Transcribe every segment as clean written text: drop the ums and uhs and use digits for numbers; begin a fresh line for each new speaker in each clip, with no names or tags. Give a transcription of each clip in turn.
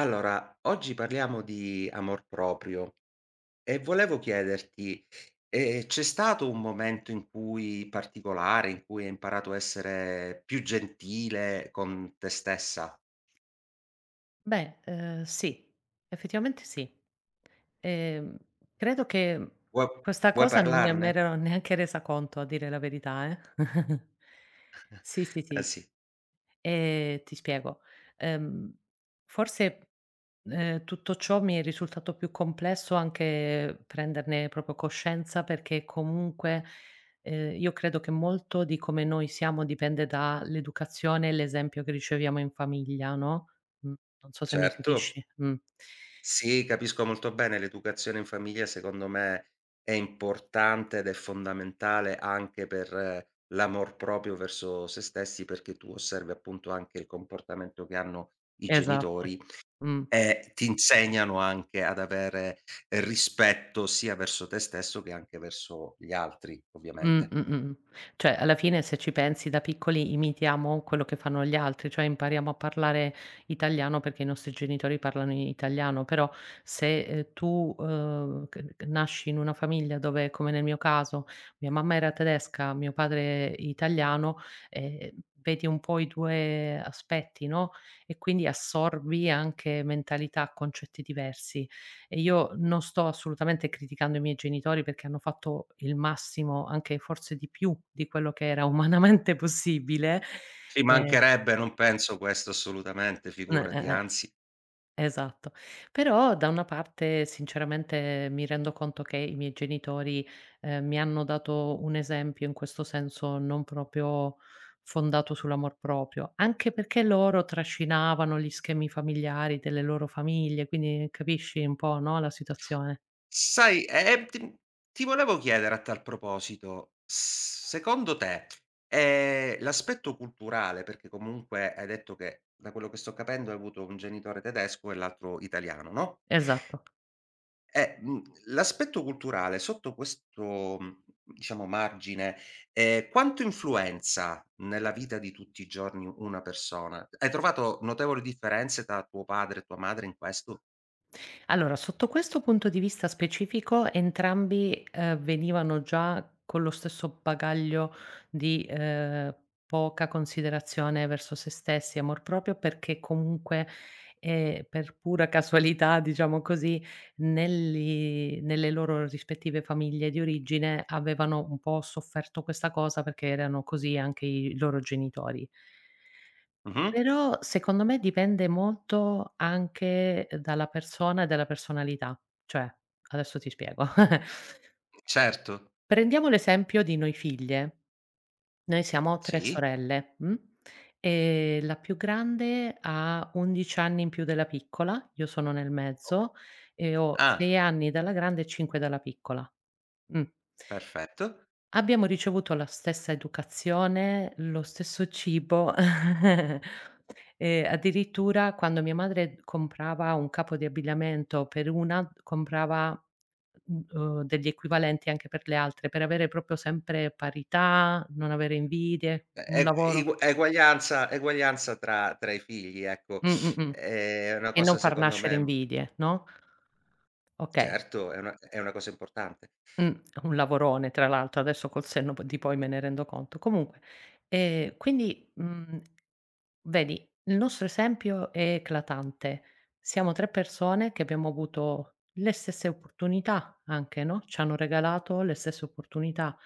Allora, oggi parliamo di amor proprio e volevo chiederti, c'è stato un momento in cui particolare, in cui hai imparato a essere più gentile con te stessa?
Beh, sì, effettivamente sì. Ehm, Credo che
Vuo
questa
vuoi
cosa non ne
parlarne?
m'ero neanche resa conto a dire la verità, eh. Sì, sì,
Eh
sì.
sì,
Ti spiego. Ehm, forse, Tutto ciò mi è risultato più complesso anche prenderne proprio coscienza, perché comunque, io credo che molto di come noi siamo dipende dall'educazione e l'esempio che riceviamo in famiglia, no? Mh, non so se mi
certo.
capisci. Mh.
Sì, capisco molto bene, l'educazione in famiglia secondo me è importante ed è fondamentale anche per l'amor proprio verso se stessi, perché tu osservi appunto anche il comportamento che hanno i
Esatto.
genitori.
Mh.
Ti insegnano anche ad avere rispetto sia verso te stesso che anche verso gli altri,
Mh,
ovviamente.
mh, mh, mh. Cioè, alla fine se ci pensi da piccoli imitiamo quello che fanno gli altri, cioè impariamo a parlare italiano perché i nostri genitori parlano in italiano, però se, tu, c c nasci in una famiglia dove, come nel mio caso, mia mamma era tedesca, mio padre italiano, ehm, vedi un po' i 2 aspetti, no, e quindi assorbi anche mentalità, concetti diversi. E io non sto assolutamente criticando i miei genitori perché hanno fatto il massimo, anche forse di più di quello che era umanamente possibile.
Ci
Ehm
mancherebbe, non penso questo assolutamente,
eh, eh,
figurati,
eh,
anzi.
esatto. Però da una parte sinceramente mi rendo conto che i miei genitori, mi hanno dato un esempio in questo senso non proprio fondato sull'amor proprio, anche perché loro trascinavano gli schemi familiari delle loro famiglie, quindi capisci un po', no, la situazione.
Sai, ti volevo chiedere a tal proposito, s secondo te, l'aspetto culturale perché comunque hai detto che, da quello che sto capendo, hai avuto un genitore tedesco e l'altro italiano, no?
Esatto.
Eh, mhmm, l'aspetto culturale sotto questo, diciamo margine, quanto influenza nella vita di tutti i giorni una persona? Hai trovato notevoli differenze tra tuo padre e tua madre in questo?
Allora, sotto questo punto di vista specifico, entrambi, venivano già con lo stesso bagaglio di, poca considerazione verso se stessi, amor proprio, perché comunque, per pura casualità, diciamo così, nelli nelle loro rispettive famiglie di origine avevano un po' sofferto questa cosa perché erano così anche i loro genitori.
Mh-mh.
Però secondo me dipende molto anche dalla persona e dalla personalità. Cioè, adesso ti spiego.
Certo,
Prendiamo l'esempio di noi figlie. Noi siamo 3
sì.
sorelle, e la più grande ha 11 anni in più della piccola, io sono nel
O
mezzo e ho
ah,
6 anni dalla grande e 5 dalla piccola. Mh.
perfetto.
Abbiamo ricevuto la stessa educazione, lo stesso cibo, e addirittura quando mia madre comprava un capo di abbigliamento per una, comprava, degli equivalenti anche per le altre, per avere proprio sempre parità, non avere invidie,
E e
un lavoro,
igu eguaglianza eguaglianza tra i figli, ecco.
mh, mh, mh,
È una
e non
cosa
far
secondo
nascere
me
invidie, no. Okay.
certo, è una cosa importante.
Mh, un lavorone tra l'altro, adesso col senno p di poi me ne rendo conto. Comunque, quindi, mhmm vedi, il nostro esempio è eclatante. Siamo 3 persone che abbiamo avuto le stesse opportunità anche, no, ci hanno regalato le stesse opportunità,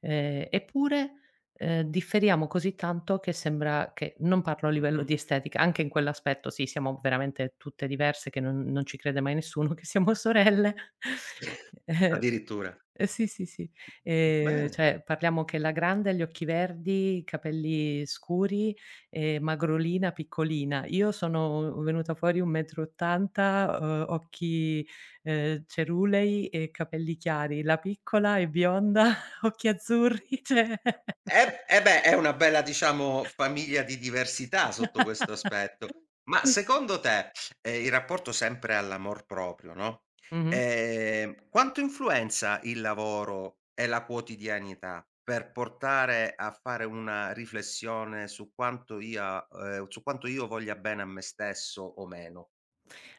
eppure, differiamo così tanto che sembra che non parlo a livello
Mh-mh.
di estetica, anche in quell'aspetto sì, siamo veramente tutte diverse che non ci crede mai nessuno che siamo sorelle. Eh,
Addirittura.
sì, sì, sì.
Bene.
Cioè, parliamo che la grande ha gli occhi verdi, capelli scuri, magrolina, piccolina. Io sono venuta fuori 1,80 m, occhi, cerulei e capelli chiari. La piccola è bionda, occhi azzurri, cioè.
Eh beh, è una bella, diciamo, famiglia di diversità sotto questo aspetto. Ma secondo te, in rapporto sempre all'amor proprio, no,
Mh-mh.
quanto influenza il lavoro e la quotidianità per portare a fare una riflessione su quanto ia su quanto io voglia bene a me stesso o meno?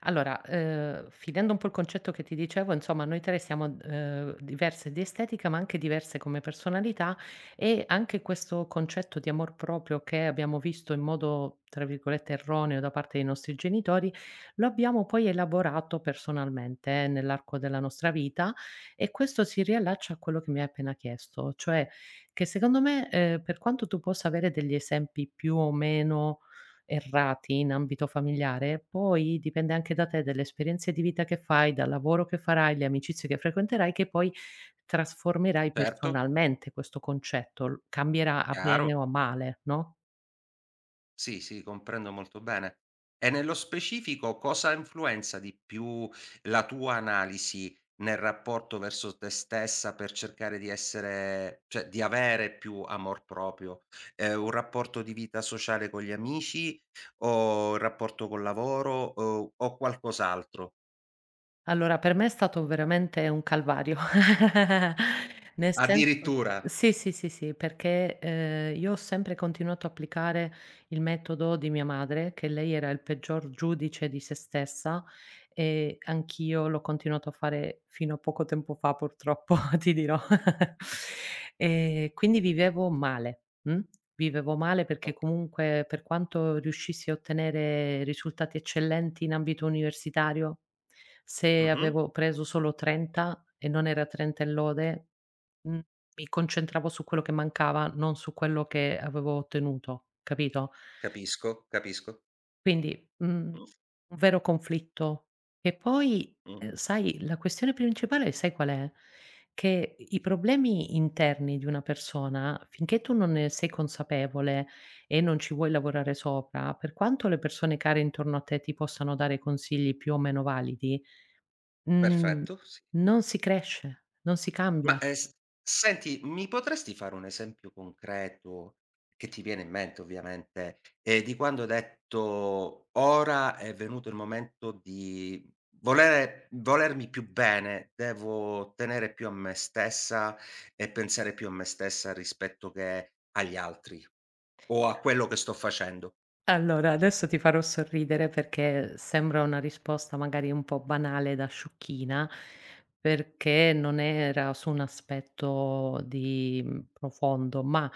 Allora, finendo un po' il concetto che ti dicevo, insomma noi 3 siamo, diverse di estetica, ma anche diverse come personalità, e anche questo concetto di amor proprio che abbiamo visto in modo, tra virgolette, "erroneo" da parte dei nostri genitori, lo abbiamo poi elaborato personalmente, nell'arco della nostra vita, e questo si riallaccia a quello che mi hai appena chiesto, cioè che secondo me, per quanto tu possa avere degli esempi più o meno errati in ambito familiare, poi dipende anche da te, dalle esperienze di vita che fai, dal lavoro che farai, le amicizie che frequenterai, che poi trasformerai
Certo,
personalmente questo concetto, cambierà a
chiaro.
bene o a male, no?
Sì, sì, comprendo molto bene. E nello specifico cosa influenza di più la tua analisi nel rapporto verso te stessa per cercare di essere di avere più amor proprio? Un rapporto di vita sociale con gli amici o il rapporto col lavoro o qualcos'altro?
Allora, per me è stato veramente un calvario. Nel senso,
Addirittura?
sì, sì, sì, sì, perché, io ho sempre continuato a applicare il metodo di mia madre, che lei era il peggior giudice di se stessa, e anch'io l'ho continuato a fare fino a poco tempo fa purtroppo, ti dirò. E quindi vivevo male. Mh? Vivevo male
O
perché comunque per quanto riuscissi a ottenere risultati eccellenti in ambito universitario, se
mh-mh,
avevo preso solo 30 e non era 30 e lode, mhmm, mi concentravo su quello che mancava, non su quello che avevo ottenuto, capito?
capisco, capisco.
Quindi,
Mh,
un vero conflitto. E poi,
mh,
sai, la questione principale sai qual è? Che i problemi interni di una persona, finché tu non ne sei consapevole e non ci vuoi lavorare sopra, per quanto le persone care intorno a te ti possano dare consigli più o meno validi, mhmm,
perfetto, sì.
non si cresce, non si
Ma,
cambia.
s senti, mi potresti fare un esempio concreto, che ti viene in mente ovviamente, di quando hai detto: "Ora è venuto il momento di volere volermi più bene, devo tenere più a me stessa e pensare più a me stessa rispetto che agli altri o a quello che sto facendo." Ecco.
Allora, adesso ti farò sorridere perché sembra una risposta magari un po' banale da sciocchina, perché non era su un aspetto di profondo, ma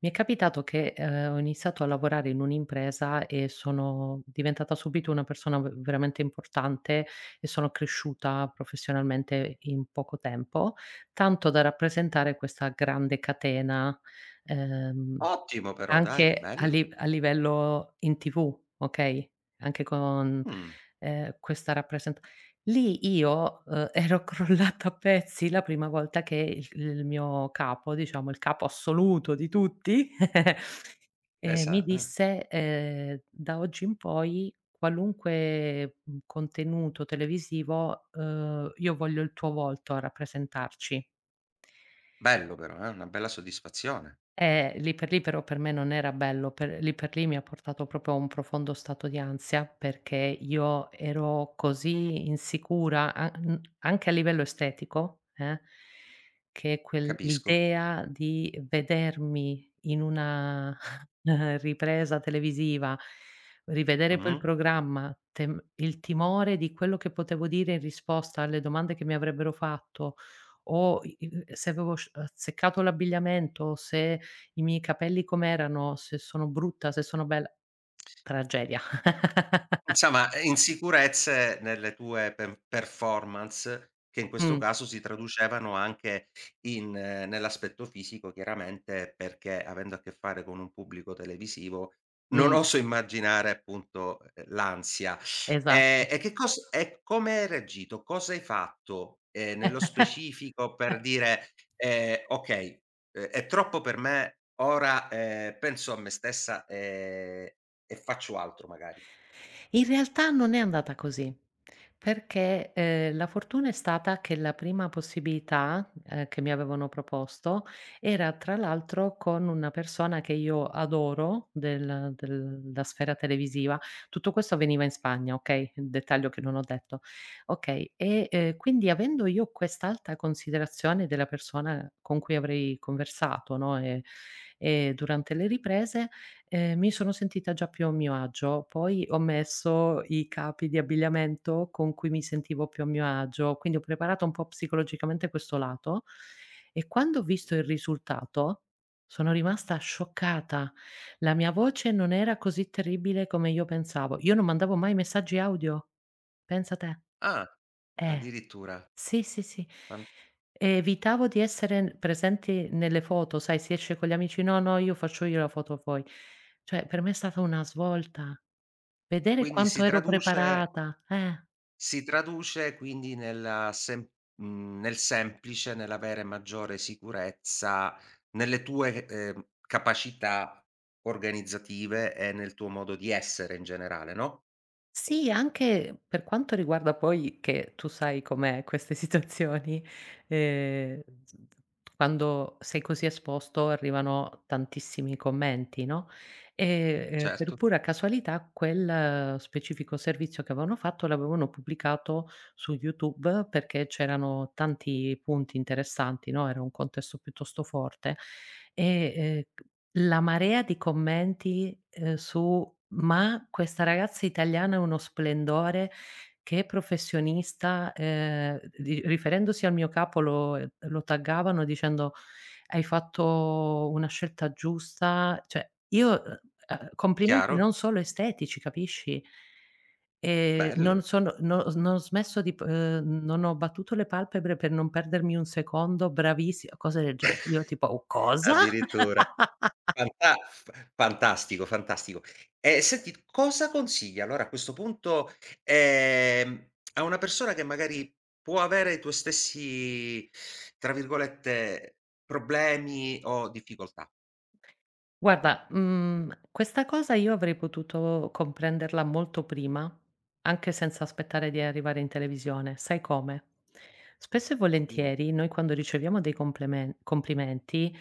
mi è capitato che, ho iniziato a lavorare in un'impresa e sono diventata subito una persona v veramente importante, e sono cresciuta professionalmente in poco tempo, tanto da rappresentare questa grande catena, ehm
Ottimo però, dai,
anche a
bello.
li a livello in TV, okay? Anche con,
Mh,
questa rappresent lì io, ero crollata a pezzi la prima volta che il mio capo, diciamo il capo assoluto di tutti, mi
esa
disse, "Da oggi in poi qualunque, contenuto televisivo, io voglio il tuo volto a rappresentarci".
bello però, una bella soddisfazione.
Lì per lì però per me non era bello, per lì mi ha portato proprio a un profondo stato di ansia, perché io ero così insicura a n anche a livello estetico, che quel
Capisco.
l'idea di vedermi in una ripresa televisiva, rivedere poi
Mh-mh.
il programma, tem il timore di quello che potevo dire in risposta alle domande che mi avrebbero fatto o i i se avevo sc azzeccato l'abbigliamento, se i miei capelli com'erano, se sono brutta, se sono bella. Tragedia.
Insomma, insicurezze nelle tue performance, che in questo
Mh,
caso si traducevano anche in nell'aspetto fisico chiaramente, perché avendo a che fare con un pubblico televisivo, non
mh,
oso immaginare appunto, l'ansia.
esatto.
E che cos e come hai reagito? Cosa hai fatto, nello specifico per dire: Okay, è troppo per me, ora, penso a me stessa, e faccio altro magari"?
In realtà non è andata così, perché, la fortuna è stata che la prima possibilità, che mi avevano proposto era tra l'altro con una persona che io adoro della sfera televisiva. Tutto questo avveniva in Spagna, okay, dettaglio che non ho detto. Okay, e, quindi avendo io quest'alta considerazione della persona con cui avrei conversato, no, durante le riprese, mi sono sentita già più a mio agio, poi ho messo i capi di abbigliamento con cui mi sentivo più a mio agio, quindi ho preparato un po' psicologicamente questo lato, e quando ho visto il risultato sono rimasta scioccata. La mia voce non era così terribile come io pensavo. Io non mandavo mai messaggi audio, pensa te.
Ah,
Eh.
addirittura.
Sì, sì, sì.
Fan
Evitavo di essere n presenti nelle foto, sai, si esce con gli amici: "No, no, io faccio io la foto a voi." Cioè, per me è stata una svolta. Vedere
Quindi
quanto
si
ero
traduce
preparata, eh.
quindi nella nel semplice, nell'avere maggiore sicurezza nelle tue, capacità organizzative e nel tuo modo di essere in generale, no?
Sì, anche per quanto riguarda poi che tu sai com'è queste situazioni, z z quando sei così esposto arrivano tantissimi commenti, no, e, per
Certo,
pura casualità quel specifico servizio che avevano fatto l'avevano pubblicato su YouTube perché c'erano tanti punti interessanti, no, era un contesto piuttosto forte e, ehm la marea di commenti, su: "Ma questa ragazza italiana è uno splendore, che professionista", di riferendosi al mio capo lo taggavano dicendo: "Hai fatto una scelta giusta", cioè io, complimenti
chiaro,
non solo estetici, capisci? Non
bello,
sono no non ho smesso di p non ho battuto le palpebre per non perdermi un secondo: "Bravissi", cose del genere. Io tipo: "Oh, cosa?"
addirittura. Fantastico, fantastico. E senti, cosa consigli allora a questo punto, a una persona che magari può avere i tuoi stessi, tra virgolette, "problemi" o difficoltà?
Guarda, questa cosa io avrei potuto comprenderla molto prima, anche senza aspettare di arrivare in televisione. Sai come? Spesso e
Dimmi.
volentieri noi quando riceviamo dei complemen complimenti,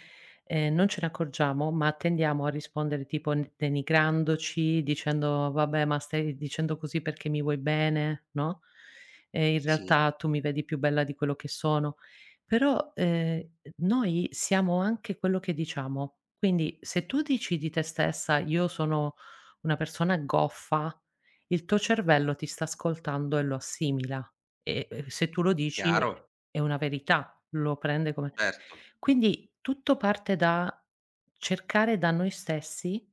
non ce ne accorgiamo, ma tendiamo a rispondere tipo n denigrandoci, dicendo: "Vabbè, ma stai dicendo così perché mi vuoi bene", no, in
Sì,
realtà tu mi vedi più bella di quello che sono. Però, noi siamo anche quello che diciamo. Quindi, se tu dici di te stessa: "Io sono una persona goffa", il tuo cervello ti sta ascoltando e lo assimila. E, se tu lo dici
chiaro,
è una verità, lo prende come,
certo,
quindi tutto parte da cercare da noi stessi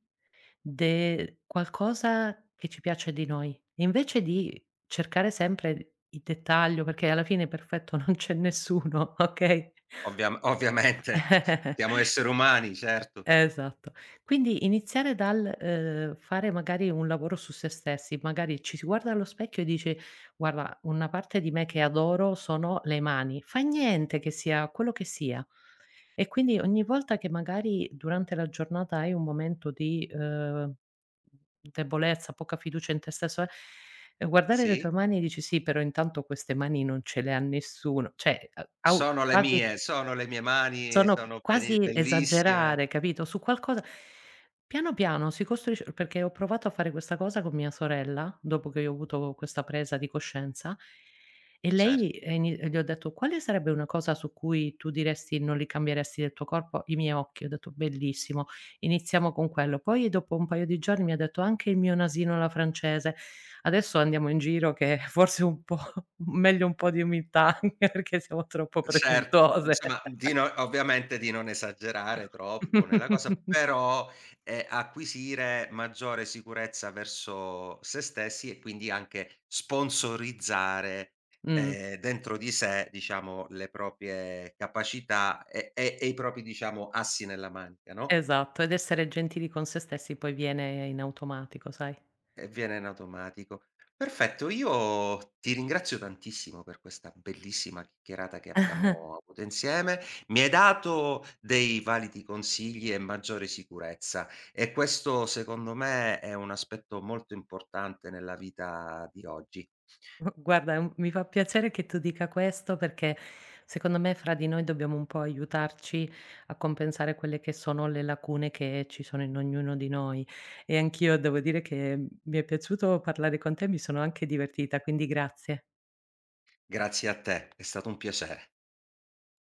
de qualcosa che ci piace di noi. E invece di cercare sempre il dettaglio, perché alla fine perfetto non c'è nessuno, okay?
ovviamente, siamo esseri umani, certo.
Esatto. Quindi iniziare dal, fare magari un lavoro su se stessi, magari ci si guarda allo specchio e dice: "Guarda, una parte di me che adoro sono le mani". Fa niente che sia quello che sia. E quindi ogni volta che magari durante la giornata hai un momento di, debolezza, poca fiducia in te stesso, e guardare le
Sì?
tue mani e dici: "Sì, però intanto queste mani non ce le ha nessuno". Cioè, a au quasi,
Sono le mie mani,
sono
sono beni
quasi
bellissime,
esagerare, capito, su qualcosa piano piano si costruisce, perché ho provato a fare questa cosa con mia sorella, dopo che io ho avuto questa presa di coscienza, e
certo.
lei e gli ho detto: "Quale sarebbe una cosa su cui tu diresti non li cambieresti del tuo corpo?" "I miei occhi." Ho detto: "Bellissimo, iniziamo con quello." Poi dopo un paio di giorni mi ha detto: "Anche il mio nasino alla francese." Adesso andiamo in giro che forse un po' meglio un po' di umiltà, perché siamo troppo
Certo,
presuntuose.
insomma di no ovviamente di non esagerare troppo nella cosa, però, acquisire maggiore sicurezza verso se stessi e quindi anche sponsorizzare,
Mh.
dentro di sé, diciamo, le proprie capacità e e i propri, diciamo, assi nella manica, no?
Esatto, ed essere gentili con se stessi poi viene in automatico, sai.
E viene in automatico. Perfetto, io ti ringrazio tantissimo per questa bellissima chiacchierata che abbiamo avuto insieme. Mi hai dato dei validi consigli e maggiore sicurezza e questo secondo me è un aspetto molto importante nella vita di oggi.
Guarda, è un mi fa piacere che tu dica questo perché secondo me fra di noi dobbiamo un po' aiutarci a compensare quelle che sono le lacune che ci sono in ognuno di noi. E anch'io devo dire che mi è piaciuto parlare con te, mi sono anche divertita, quindi grazie.
Grazie a te, è stato un piacere.